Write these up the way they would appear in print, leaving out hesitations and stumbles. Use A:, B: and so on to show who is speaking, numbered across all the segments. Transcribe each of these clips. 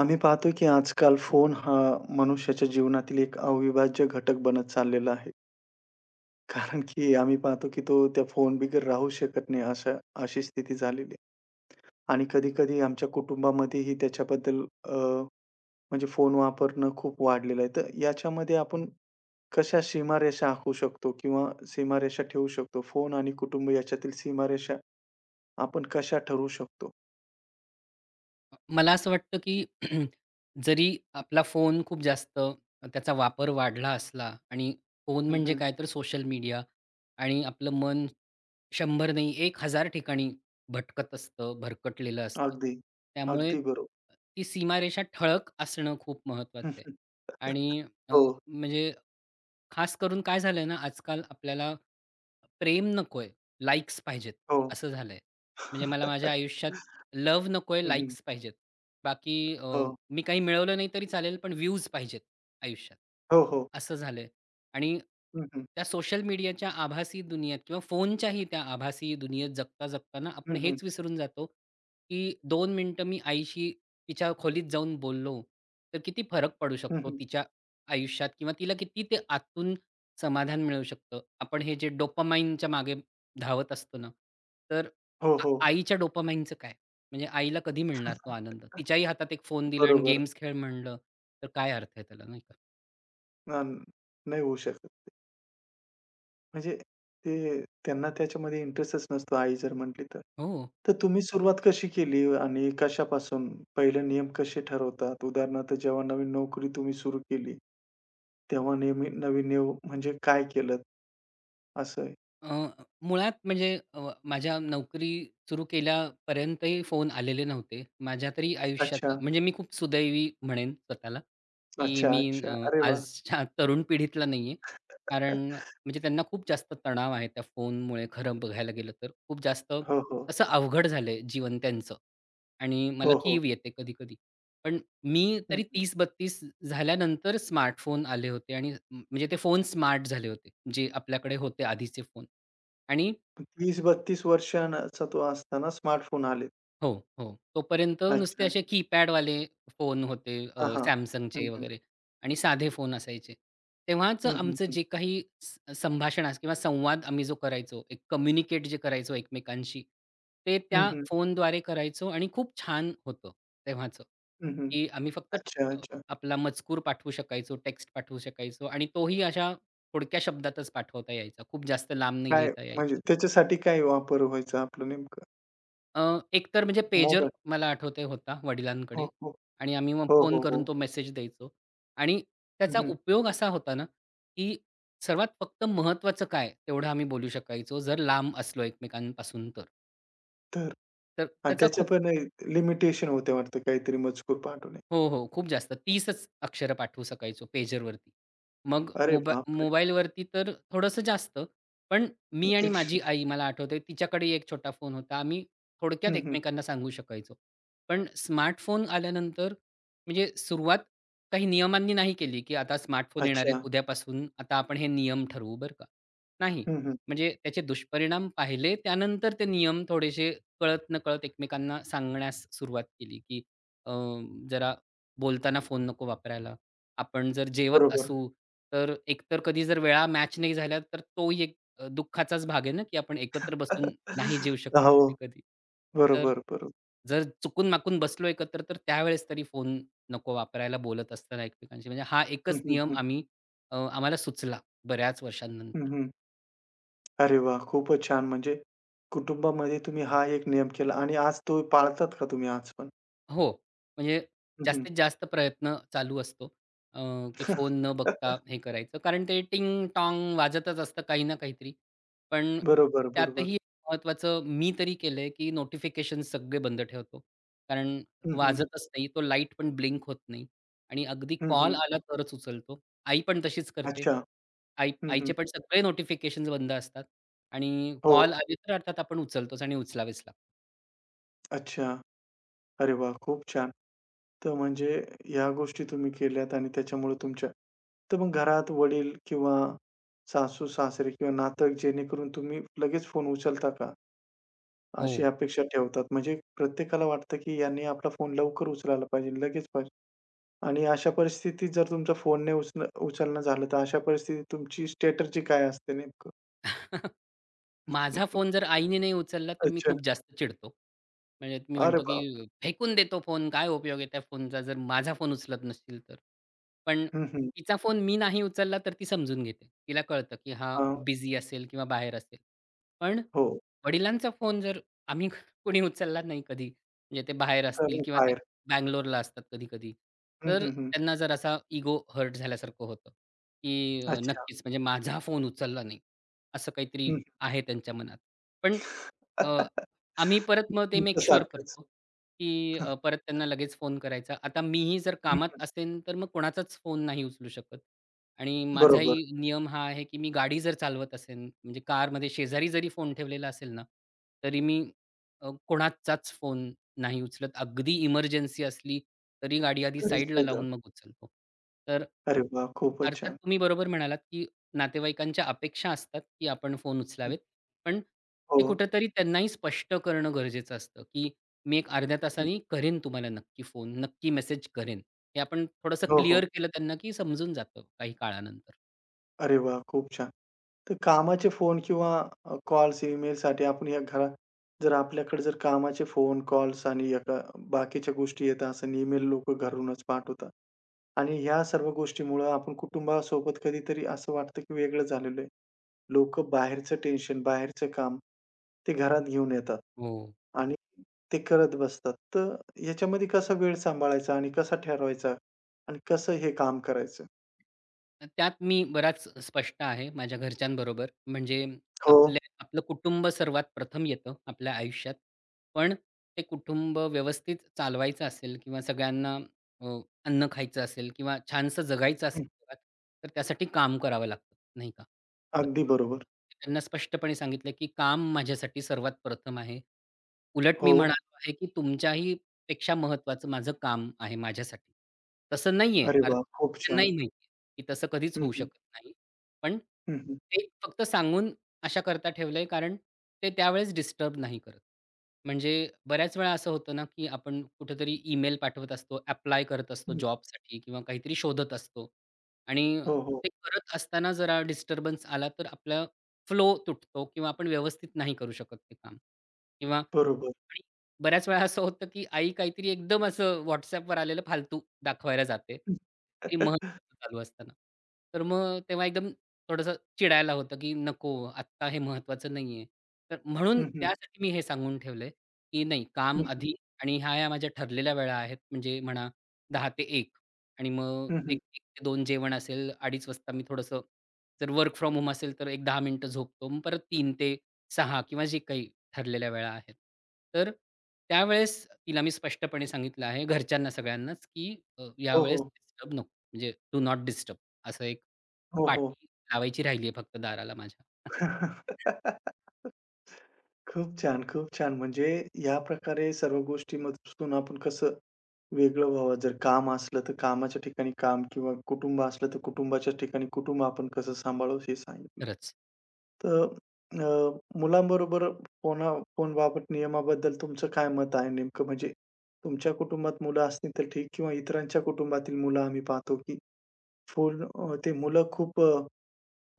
A: आम्ही पाहतो की आजकाल फोन हा मनुष्याच्या जीवनातील एक अविभाज्य घटक बनत चाललेला आहे. कारण की आम्ही पाहतो की तो त्या फोनबिगर राहू शकत नाही अशी स्थिती झालेली आहे. आणि कधी-कधी आमच्या कुटुंबामध्येही त्याच्याबद्दल म्हणजे फोन वापरणं खूप वाढलेलं आहे. तर याच्यामध्ये आपण कशा सीमारेषा आखू शकतो किंवा सीमारेषा ठेवू शकतो? फोन आणि कुटुंब याच्यातील सीमारेषा आपण कशा ठरवू शकतो?
B: मला असं वाटतं, की जरी आपला फोन खूप जास्त त्याचा वापर वाढला असला आणि फोन
A: हं,
B: म्हणजे
A: हं.
B: काय तर सोशल मीडिया आणि आपलं मन 100 नाही 1,000 ठिकाणी भटकत असतं, भरकटलेलं असतं.
A: अगदी.
B: त्यामुळे
A: अगदी बरोबर.
B: ती सीमारेषा ठळक असणं खूप
A: हं,
B: महत्वाचं आहे.
A: हं.
B: आणि अ,
A: हो,
B: म्हणजे खास करून काय झालंय ना, आजकाल आपल्याला प्रेम नकोय, लाइक्स पाहिजेत
A: हो.
B: असं झालंय. म्हणजे मला माझ्या आयुष्यात लव्ह नकोय,
A: हं, हं.
B: लाइक्स पाहिजेत. बाकी
A: हो.
B: मी काही मिळवलं नाही तरी चालेल, पण व्ह्यूज पाहिजेत आयुष्यात.
A: हो, हो.
B: असं झालंय. आणि
A: हं, हं.
B: त्या सोशल मीडियाच्या आभासी दुनियेत किंवा फोनच्याही त्या आभासी दुनियेत जगता जगताना आपण
A: हं, हं.
B: हेच विसरून जातो, की 2 मिनिटं मी आईशी तिच्या खोलीत जाऊन बोललो, तर किती फरक पडू
A: हं,
B: शकतो
A: हं.
B: तिच्या आयुष्यात किंवा तिला किती ते आतून समाधान मिळू शकतं. आपण हे जे डोपामाईनच्या मागे धावत असतो ना, तर
A: हो,
B: आ
A: हो.
B: आईच्या डोपामाईनचं काय? म्हणजे आईला कधी मिळणार तो आनंद? तिच्याही हातात एक फोन दिला आणि
A: बरोबर.
B: गेम्स खेळ म्हणलं, तर काय अर्थ आहे त्याला, नाही का?
A: अ, नाही होऊ शकत ते. म्हणजे ते त्यांना त्याच्यामध्ये इंटरेस्टच नसतो आई जर म्हटली तर.
B: हो.
A: तर तुम्ही सुरुवात कशी केली आणि कशापासून? पहिले नियम कसे ठरवतात? उदाहरणार्थ जेव्हा नवीन नोकरी तुम्ही सुरू केली, तेव्हा नेहमी नवीन नियम म्हणजे काय केलं असं?
B: अ, मुळात म्हणजे माझ्या नोकरी सुरू केल्यापर्यंतही फोन आलेले नव्हते. माझ्या तरी
A: अच्छा,
B: आयुष्याचा म्हणजे मी खूप सुदैवी म्हणेन स्वतःला, की
A: अच्छा,
B: मी
A: अच्छा. अरे वाह!
B: आजच्या तरुण पिढीतला नाहीये. कारण म्हणजे त्यांना खूप जास्त तणाव आहे त्या फोनमुळे खरं बघायला गेलं तर. खूप जास्त
A: हो, हो.
B: असं अवघड झालंय जीवन त्यांचं आणि मला
A: हो, हो.
B: कीव येते कधी-कधी. पण मी
A: हं.
B: तरी 30-32 झाल्यानंतर स्मार्टफोन आले होते आणि म्हणजे ते फोन स्मार्ट झाले होते, जे आपल्याकडे होते आधीचे फोन. आणि
A: 30-32 वर्षांचा तो असताना स्मार्टफोन आले.
B: हो, हो. तोपर्यंत
A: अच्छा,
B: नुसते असे
A: अच्छा.
B: कीपॅडवाले फोन होते,
A: हां, हां. हं,
B: Samsungचे
A: हं.
B: वगैरे आणि साधे फोन असायचे. तेव्हाच
A: हं, हं,
B: आमचं
A: हं.
B: जे काही किंवा संवाद आम्ही जो करायचो, एक कम्युनिकेट जे करायचो एकमेकांशी, ते
A: हं,
B: त्या
A: हं.
B: फोनद्वारे करायचो आणि खूप छान होतं तेव्हाचं,
A: हं, हं.
B: की आम्ही फक्त
A: अच्छा,
B: अ,
A: अच्छा.
B: आपला मजकूर पाठवू शकायचो, टेक्स्ट पाठवू शकायचो आणि तोही अशा थोडक्या शब्दातच पाठवता यायचा. खूप जास्त लांब नाही
A: काय
B: लिहिता
A: म्हणजे
B: यायचा.
A: त्याच्यासाठी काय वापर व्हायचा आपलं नेमकं?
B: अ, एकतर म्हणजे पेजर
A: मोबाईल.
B: मला आठवतंय होता
A: हो,
B: वडिलांकडे
A: हो.
B: आणि आम्ही मग
A: हो,
B: फोन
A: हो,
B: करून
A: हो.
B: तो मेसेज द्यायचो आणि
A: हं,
B: त्याचा
A: हं.
B: उपयोग असा होता ना, की सर्वात फक्त महत्त्वाचं काय तेवढं आम्ही बोलू शकायचो जर लांब असलो एकमेकांपासून तर.
A: तर
B: तर
A: आणि
B: त्याचा
A: त्याच्या
B: खूप
A: पण लिमिटेशन होत्या वाटतं काहीतरी मजकूर पाठवणे.
B: हो, हो. खूप जास्त 30च अक्षरं पाठवू शकायचो पेजरवरती. मग बरोबर.
A: अरे
B: मोबा
A: बापरे!
B: मोबाईलवरती तर थोडंसं जास्त. पण मी आणि
A: एकश.
B: माझी आई मला आठवतंय तिच्याकडे एक छोटा फोन होता. आम्ही
A: हं,
B: थोडक्यात
A: हं.
B: एकमेकांना सांगू शकायचो. पण स्मार्टफोन आल्यानंतर म्हणजे सुरुवात काही नियमांनी नाही केली, की आता स्मार्टफोन येणार आहेत
A: अच्छा.
B: उद्यापासून आता आपण हे नियम ठरवू बरं का. नाही.
A: हं, हं.
B: म्हणजे त्याचे दुष्परिणाम पाहिले त्यानंतर ते नियम थोडेसे कळत-नकळत एकमेकांना सांगण्यास सुरुवात केली, की अ, जरा बोलताना फोन नको वापरायला. आपण जर जेवत
A: बरोबर.
B: असू, तर एकतर कधी जर वेळा मॅच नाही झाल्या, तर तोही एक दुःखाचाच भाग आहे ना, की आपण एकत्र बसून नाही जेवू शकत
A: हो.
B: कधी-कधी. तर
A: बरोबर, बरोबर.
B: जर चुकून-माकून बसलो एकत्र, तर त्यावेळेस तरी फोन नको वापरायला बोलत असताना एकमेकांशी. म्हणजे हा
A: हं,
B: एकच
A: हं,
B: नियम
A: हं.
B: आम्ही, आम्हाला सुचला बऱ्याच
A: हं,
B: वर्षांनंतर.
A: हं. अरे वाह! खूपच छान. म्हणजे कुटुंबामध्ये तुम्ही हा एक नियम केला आणि आज तो पाळतात का तुम्ही आज पण?
B: हो. म्हणजे
A: हं, हं.
B: जास्तीत जास्त प्रयत्न चालू असतो अ, की फोन न बघता हे करायचं. कारण ते टिंग-टॉंग वाजतच असतं काही ना काहीतरी. पण
A: बरोबर, बरोबर.
B: त्यातही महत्त्वाचं मी तरी केलंय, की नोटिफिकेशन सगळे बंद ठेवतो. कारण
A: हं, हं.
B: वाजतच नाही. तो लाईट पण ब्लिंक होत नाही आणि अगदी
A: हं,
B: कॉल
A: हं.
B: आला तरच उचलतो. आई पण तशीच करते.
A: अच्छा.
B: आई
A: हं, हं.
B: आईचे पण सगळे नोटिफिकेशन्स बंद असतात आणि
A: हो.
B: कॉल आले तर अर्थात आपण उचलतोच आणि उचलावेच लागतात.
A: अच्छा. अरे वाह! खूप छान. तर म्हणजे ह्या गोष्टी तुम्ही केल्यात आणि त्याच्यामुळे तुमच्या तर मग घरात वडील किंवा सासू-सासरे किंवा नातक जेणेकरून तुम्ही लगेच फोन उचलता का?
B: हो.
A: अशी अपेक्षा ठेवतात. म्हणजे प्रत्येकाला वाटतं की यांनी आपला फोन लवकर उचलायला पाहिजे, लगेच पाहिजे. आणि अशा परिस्थितीत जर तुमचा फोन नाही उचलणं झालं, तर अशा परिस्थितीत तुमची स्ट्रॅटर्जी काय असते नेमकं?
B: माझा फोन जर आईने नाही उचलला, तर मी
A: अच्छा.
B: खूप जास्त चिडतो. म्हणजे मी
A: अरे
B: म्हणतो,
A: बापरे!
B: की फेकून दे तो फोन. काय उपयोग आहे त्या फोनचा जर माझा फोन उचलत नसतील तर. पण
A: हं, हं.
B: तिचा फोन मी नाही उचलला तर ती समजून घेते. तिला कळतं, की हा
A: हां.
B: बिझी असेल किंवा बाहेर असेल. पण
A: हो.
B: वडिलांचा फोन जर आम्ही कोणी उचलला नाही कधी, म्हणजे ते बाहेर
A: तर
B: असतील
A: मग
B: किंवा ते
A: बाहेर.
B: बंगलोरला असतात कधी-कधी.
A: हं,
B: तर
A: हं, हं.
B: त्यांना जर असा इगो हर्ट झाल्यासारखं होतं, की
A: अच्छा.
B: नक्कीच म्हणजे माझा फोन उचलला नाही. असं काहीतरी
A: हं.
B: आहे त्यांच्या मनात. पण अ, आम्ही परत मग ते मेक शुअर
A: तुमच्यासारखंच.
B: करतो, की
A: हं,
B: परत त्यांना लगेच फोन करायचा. आता मीही जर कामात
A: हं.
B: असेन, तर मग कोणाचाच फोन नाही उचलू शकत. आणि
A: बरोबर.
B: माझाही नियम हा आहे, की मी गाडी जर चालवत असेन, म्हणजे कारमध्ये शेजारी जरी फोन ठेवलेला असेल ना, तरी मी कोणाचाच फोन नाही उचलत. अगदी इमर्जन्सी असली, तरी गाडी आधी
A: घरीच
B: साईडला
A: होतं.
B: लावून मग उचलतो. तर
A: अरे वाह! खूपच
B: अर्थात
A: छान.
B: तुम्ही बरोबर म्हणालात, की नातेवाईकांच्या अपेक्षा असतात, की आपण फोन
A: हं.
B: उचलावेत. पण ते
A: हो.
B: कुठेतरी त्यांनाही स्पष्ट करणं गरजेचं असतं, की मी एक अर्ध्या
A: हं.
B: तासाने करेन तुम्हाला नक्की फोन, नक्की मेसेज करेन. हे आपण थोडंसं
A: हो, हो.
B: क्लिअर केलं त्यांना, की समजून जातं काही काळानंतर.
A: अरे वाह! खूप छान. तर कामाचे फोन किंवा कॉल्स, ईमेलसाठी आपण या घरा जर आपल्याकडे जर कामाचे फोन, कॉल्स आणि एका बाकीच्या गोष्टी येत असेल, ईमेल लोकं घरूनच पाठवतात. आणि ह्या सर्व गोष्टीमुळं आपण कुटुंबासोबत कधीतरी असं वाटतं की वेगळं झालेलं आहे. लोकं बाहेरचं टेन्शन, बाहेरचं काम ते घरात घेऊन येतात
B: हो.
A: आणि ते करत बसतात. तर याच्यामध्ये कसा वेळ सांभाळायचा आणि कसा ठरवायचा आणि कसं हे काम करायचं?
B: त्यात मी बराच स्पष्ट आहे माझ्या घरच्यांबरोबर. म्हणजे
A: हो.
B: आपल्या आपलं कुटुंब सर्वात प्रथम येतं आपल्या आयुष्यात. पण ते कुटुंब व्यवस्थित चालवायचं असेल किंवा सगळ्यांना अ, अन्न खायचं असेल किंवा छानसं जगायचं असेल
A: हं.
B: जगात, तर त्यासाठी काम करावं लागतं, नाही का? तर
A: अगदी बरोबर.
B: त्यांना स्पष्टपणे सांगितलं, की काम माझ्यासाठी सर्वात प्रथम आहे. उलट मी
A: हो.
B: म्हणालो आहे, की तुमच्याही पेक्षा महत्त्वाचं माझं काम आहे माझ्यासाठी. तसं नाहीये
A: अरे
B: अर्थात.
A: वाह! खूप छान.
B: त्यांनाही माहिती आहे, की तसं कधीच
A: हं,
B: होऊ
A: हं.
B: शकत नाही. पण
A: हं, हं.
B: ते फक्त सांगून अशा करता ठेवलंय कारण ते त्यावेळेस डिस्टर्ब नाही करत. म्हणजे बऱ्याच वेळा असं होतं ना, की आपण कुठेतरी ईमेल पाठवत असतो, ॲप्लाय करत असतो
A: हं.
B: जॉबसाठी किंवा काहीतरी शोधत असतो आणि
A: हो, हो.
B: ते करत असताना जरा डिस्टर्बन्स आला तर आपला फ्लो तुटतो किंवा आपण व्यवस्थित नाही करू शकत ते काम किंवा.
A: बरोबर.
B: आणि बऱ्याच वेळा असं होतं, की आई काहीतरी एकदम असं WhatsAppवर आलेलं फालतू दाखवायला जाते
A: हं.
B: ते महत्त्वाचं चालू असताना. तर मग तेव्हा एकदम थोडंसं चिडायला होतं, की नको, आत्ता हे महत्त्वाचं नाहीये. तर
A: हं,
B: म्हणून
A: हं.
B: त्यासाठी मी हे सांगून ठेवलंय, की नाही,
A: हं,
B: काम
A: हं.
B: आधी आणि ह्या-ह्या माझ्या ठरलेल्या वेळा आहेत. म्हणजे म्हणा 10 ते 1 आणि मग
A: हं, हं.
B: 1 ते 2 जेवण असेल, 2:30 वाजता मी थोडंसं जर वर्क फ्रॉम होम असेल, तर एक 10 मिनिटं झोपतो. मग परत 3 ते 6 किंवा जे काही ठरलेल्या वेळा आहेत. तर त्यावेळेस तिला मी स्पष्टपणे सांगितलं आहे घरच्यांना सगळ्यांनाच, की
A: हो,
B: यावेळेस
A: हो.
B: डिस्टर्ब नको. म्हणजे डू नॉट डिस्टर्ब असं एक
A: हो, हो.
B: पाटी लावायची राहिली आहे फक्त दाराला माझ्या.
A: खूप छान, खूप छान. म्हणजे या प्रकारे सर्व गोष्टीमधून आपण कसं वेगळं व्हावं. जर काम असलं तर कामाच्या ठिकाणी काम किंवा कुटुंब असलं तर कुटुंबाच्या ठिकाणी कुटुंब आपण कसं सांभाळावं हे सांगितलं.
B: खरंच.
A: तर मुलांबरोबर फोना फोनबाबत नियमाबद्दल तुमचं काय मत आहे नेमकं? म्हणजे तुमच्या कुटुंबात मुलं असतील तर ठीक किंवा इतरांच्या कुटुंबातील मुलं आम्ही पाहतो, की फोन ते मुलं खूप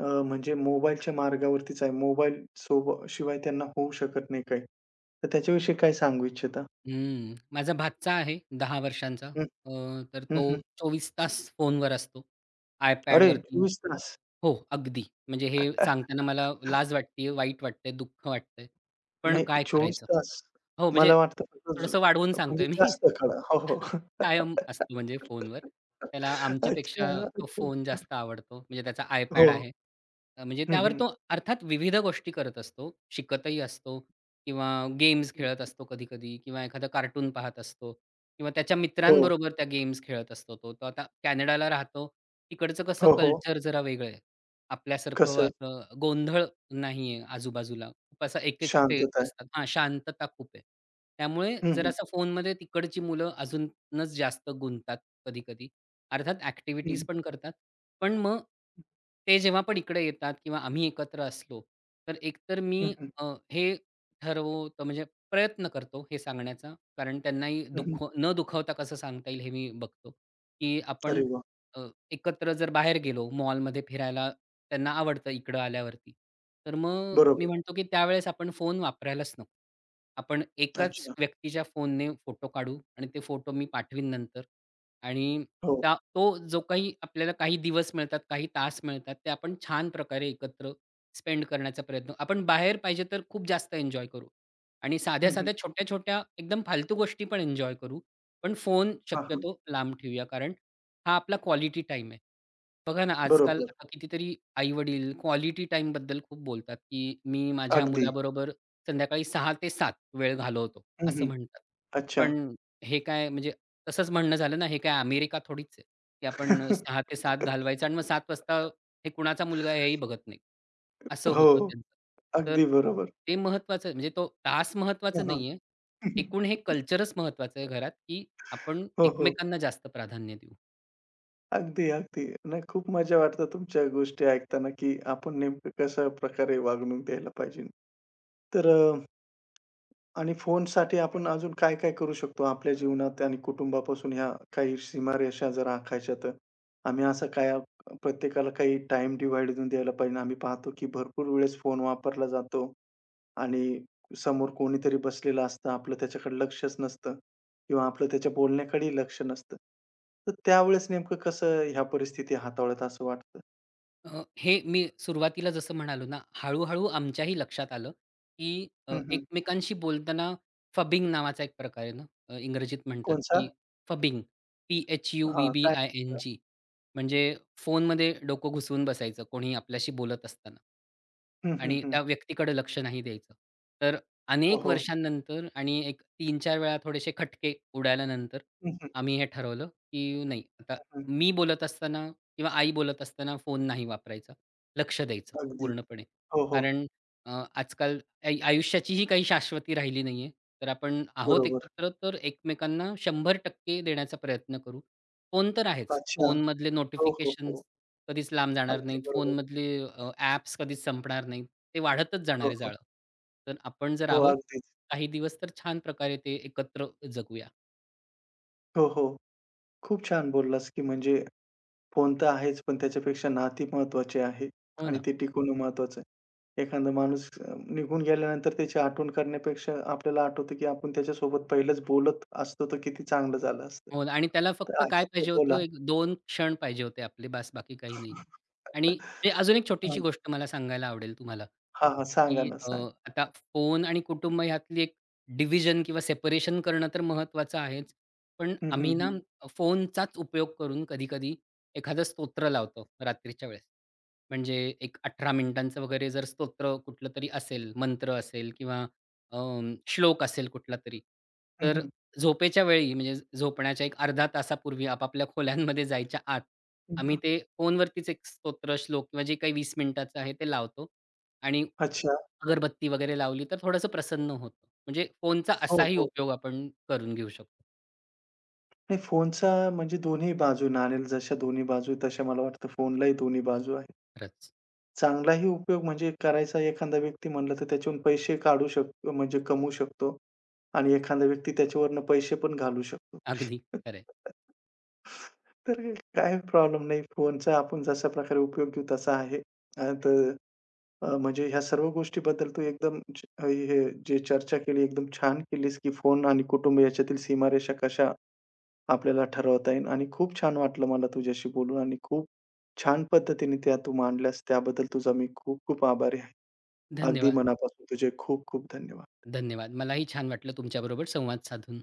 A: म्हणजे मोबाईलच्या मार्गावरतीच आहे. मोबाईल सोब शिवाय त्यांना होऊ शकत नाही काही. तर त्याच्याविषयी काय सांगू इच्छिता?
B: हं. माझा भाचा आहे 10 वर्षांचा.
A: हं,
B: अ, तर
A: हं,
B: तो
A: हं.
B: 24 तास फोनवर असतो.
A: अरे
B: iPadवरती.
A: 24 तास.
B: हो, अगदी. म्हणजे हे सांगताना मला लाज वाटते आहे, वाईट वाटतंय, दुःख वाटतंय. पण
A: नाही
B: काय
A: 24
B: करायचं?
A: तास.
B: हो, म्हणजे
A: मला वाटतं फक्त झो,
B: थोडंसं वाढवून
A: म्हणजे
B: सांगतोय मी.
A: जास्त काळ. हो, हो.
B: कायम असतो म्हणजे फोनवर. त्याला आमच्यापेक्षा
A: अच्छा,
B: तो
A: अच्छा.
B: फोन जास्त आवडतो. म्हणजे त्याचा
A: हो.
B: iPad आहे. म्हणजे
A: हं,
B: त्यावर
A: हं.
B: तो अर्थात विविध गोष्टी करत असतो. शिकतही असतो किंवा गेम्स खेळत असतो कधी-कधी किंवा एखादं कार्टून पाहत असतो किंवा त्याच्या
A: हो.
B: मित्रांबरोबर त्या गेम्स खेळत असतो तो. तो आता कॅनडाला राहतो. तिकडचं कसं
A: हो, हो.
B: कल्चर जरा वेगळं आहे. आपल्यासारखं
A: कसं?
B: असं गोंधळ नाहीये आजूबाजूला. खूप असं एक-एकटे
A: शांतता आहे.
B: असतात. हां, शांतता खूप आहे. त्यामुळे
A: हं, हं.
B: जरासा फोनमध्ये तिकडची मुलं अजूनच जास्त गुंततात कधी-कधी. अर्थात
A: हं,
B: ॲक्टिव्हिटीज पण करतात. पण मग ते जेव्हा पण इकडे येतात किंवा आम्ही एकत्र असलो, तर एकतर
A: हं,
B: मी,
A: हं,
B: हे ठरवतो म्हणजे प्रयत्न करतो हे सांगण्याचा. कारण त्यांनाही
A: हं, हं.
B: दुख न दुखवता कसं सांगता येईल हे मी बघतो, की आपण
A: अरे वाह!
B: एकत्र जर बाहेर गेलो मॉलमध्ये फिरायला, त्यांना आवडतं इकडं आल्यावरती. तर मग मी
A: बरोबर.
B: म्हणतो, की त्यावेळेस आपण फोन वापरायलाच नको. आपण एकाच
A: अच्छा.
B: व्यक्तीच्या फोनने फोटो काढू आणि ते फोटो मी पाठवीन नंतर आणि
A: हो.
B: त्या तो जो काही आपल्याला काही दिवस मिळतात, काही तास मिळतात, ते आपण छान प्रकारे एकत्र स्पेंड करण्याचा प्रयत्न आपण बाहेर पाहिजे तर खूप जास्त एन्जॉय करू आणि
A: हं, हं.
B: साध्या-साध्या, छोट्या-छोट्या एकदम फालतू गोष्टी पण एन्जॉय करू. पण फोन
A: हां, हां.
B: शक्यतो लांब ठेवूया कारण हा आपला क्वालिटी टाइम आहे. बघा ना, आजकाल
A: बरोबर.
B: आता कितीतरी आई-वडील क्वालिटी टाइम बद्दल खूप बोलतात, की "मी माझ्या
A: अगदी.
B: मुलाबरोबर संध्याकाळी 6 ते 7 वेळ घालवतो,"
A: हं,
B: असं
A: हं.
B: म्हणतात.
A: अच्छा.
B: पण हे काय म्हणजे तसंच म्हणणं झालं ना, हे काय अमेरिका थोडीच आहे, की आपण 6 ते 7 घालवायचं आणि मग 7 वाजता हे कुणाचा मुलगा आहे हेही बघत नाही. असं होतं
A: हो.
B: त्यांचं. तर
A: अगदी बरोबर.
B: ते महत्त्वाचं म्हणजे तो तास महत्त्वाचा
A: हां, हां.
B: नाहीये. एकूण हे कल्चरच महत्त्वाचं आहे घरात, की आपण
A: हो, हो.
B: एकमेकांना जास्त प्राधान्य देऊ.
A: अगदी, अगदी. नाही खूप मजा वाटतं तुमच्या गोष्टी ऐकताना, की आपण नेमकं कशा प्रकारे वागणूक द्यायला पाहिजे. तर अ आणि फोनसाठी आपण अजून काय-काय करू शकतो आपल्या जीवनात आणि कुटुंबापासून ह्या काही सीमारेषा जर आखायच्या तर? आम्ही असं काय प्रत्येकाला काही टाईम डिव्हाईड देऊन द्यायला पाहिजे. आम्ही पाहतो की भरपूर वेळेस फोन वापरला जातो आणि समोर कोणीतरी बसलेलं असतं. आपलं त्याच्याकडे लक्षच नसतं किंवा आपलं त्याच्या बोलण्याकडेही लक्ष नसतं. तर त्यावेळेस नेमकं कसं ह्या परिस्थिती हाताळत असं वाटतं?
B: हे मी सुरुवातीला जसं म्हणालो ना, हळू-हळू आमच्याही लक्षात आलं, की
A: हं, हं.
B: एकमेकांशी बोलताना फबिंग नावाचा एक प्रकार आहे ना, इंग्रजीत म्हणतात,
A: कोणचा?
B: की फबिंग,
A: हां, काय?
B: P-H-U-B-B-I-N-G. म्हणजे फोनमध्ये डोकं घुसवून बसायचं कोणी आपल्याशी बोलत असताना
A: हं, हं,
B: आणि
A: हं.
B: त्या व्यक्तीकडे लक्ष नाही द्यायचं. तर
A: हो,
B: अनेक
A: हो.
B: वर्षांनंतर आणि एक 3-4 वेळा थोडेसे खटके उडाल्यानंतर
A: हं, हं.
B: आम्ही हे ठरवलं, की नाही, आता
A: हं, हं.
B: मी बोलत असताना किंवा आई बोलत असताना फोन नाही वापरायचा. लक्ष द्यायचं
A: अगदी.
B: पूर्णपणे.
A: हो, हो.
B: कारण आजकाल आई आयुष्याचीही काही शाश्वती राहिली नाहीये. तर आपण आहोत
A: बरोबर.
B: एकत्र तर एकमेकांना 100% देण्याचा प्रयत्न करू. फोन तर आहेच.
A: अच्छा.
B: फोनमधले
A: हो, हो, हो.
B: नोटिफिकेशन्स कधीच लांब जाणार
A: अगदी
B: नाहीत.
A: बरोबर.
B: फोनमधले ॲप्स कधीच संपणार नाहीत. ते वाढतच जाणार
A: हो,
B: आहे
A: हो.
B: जाळं. तर आपण जर
A: हो,
B: आहोत
A: अगदीच.
B: काही दिवस तर छान प्रकारे ते एकत्र जगूया.
A: हो, हो. खूप छान बोललास, की म्हणजे फोन तर आहेच, पण त्याच्यापेक्षा नाती महत्त्वाचे आहे
B: हो
A: आणि
B: ना?
A: ते टिकवणं महत्त्वाचं आहे. एखादा माणूस निघून गेल्यानंतर त्याची आठवण करण्यापेक्षा आपल्याला आठवतं, की आपण त्याच्यासोबत पहिलंच बोलत असतो, तर किती चांगलं झालं असतं.
B: हो ना, आणि त्याला
A: तर
B: फक्त काय
A: आहे तर
B: पाहिजे
A: बोला.
B: होतं, एक दोन क्षण पाहिजे होते आपले बास, बाकी काही नाही. आणि म्हणजे अजून एक छोटीशी
A: हां,
B: गोष्ट मला सांगायला आवडेल तुम्हाला,
A: हां, हां. सांगा
B: की
A: ना, सांगा.
B: आता फोन आणि कुटुंब ह्यातली एक डिव्हिजन किंवा सेपरेशन करणं तर महत्त्वाचं आहेच. पण
A: हं, हं,
B: आम्ही ना
A: हं.
B: फोनचाच उपयोग करून कधी-कधी एखादं स्तोत्र लावतो रात्रीच्या वेळेस. म्हणजे एक 18 मिनिटांचं वगैरे जर स्तोत्र कुठलं तरी असेल, मंत्र असेल किंवा अ, श्लोक असेल कुठला तरी.
A: हं,
B: तर
A: हं.
B: झोपेच्या वेळी म्हणजे झोपण्याच्या एक अर्धा तासापूर्वी आपापल्या खोल्यांमध्ये जायच्या आत, आम्ही ते फोनवरतीच एक स्तोत्र, श्लोक किंवा जे काही 20 मिनिटाचं आहे ते लावतो आणि
A: अच्छा.
B: अगरबत्ती वगैरे लावली तर थोडंसं प्रसन्न होतं. म्हणजे फोनचा
A: हो,
B: असाही
A: हो.
B: उपयोग आपण करून घेऊ शकतो.
A: नाही फोनचा म्हणजे दोन्ही बाजू नाणेल जशा दोन्ही बाजू आहेत, तशा मला वाटतं फोनलाही दोन्ही बाजू आहेत.
B: खरंच.
A: चांगलाही उपयोग म्हणजे करायचा एखादा व्यक्ती म्हणला तर त्याच्यावरून पैसे काढू शकतो म्हणजे कमवू शकतो आणि एखादा व्यक्ती त्याच्यावरनं पैसे पण घालवू शकतो.
B: अगदी खरं.
A: तर काही प्रॉब्लेम नाही. फोनचा आपण जशा प्रकारे उपयोग घेऊ तसा आहे. तर म्हणजे ह्या सर्व गोष्टीबद्दल तू एकदम हे जे चर्चा केली एकदम छान केलीस, की फोन आणि कुटुंब याच्यातील सीमारेषा कशा आपल्याला ठरवता येईल आणि खूप छान वाटलं मला तुझ्याशी बोलून आणि खूप छान पद्धतीने त्या तू मांडल्यास त्याबद्दल तुझा मी खूप खूप आभारी आहे. अगदी
B: धन्यवाद,
A: मनापासून तुझे खूप खूप धन्यवाद.
B: धन्यवाद. मलाही छान वाटलं तुमच्याबरोबर संवाद साधून.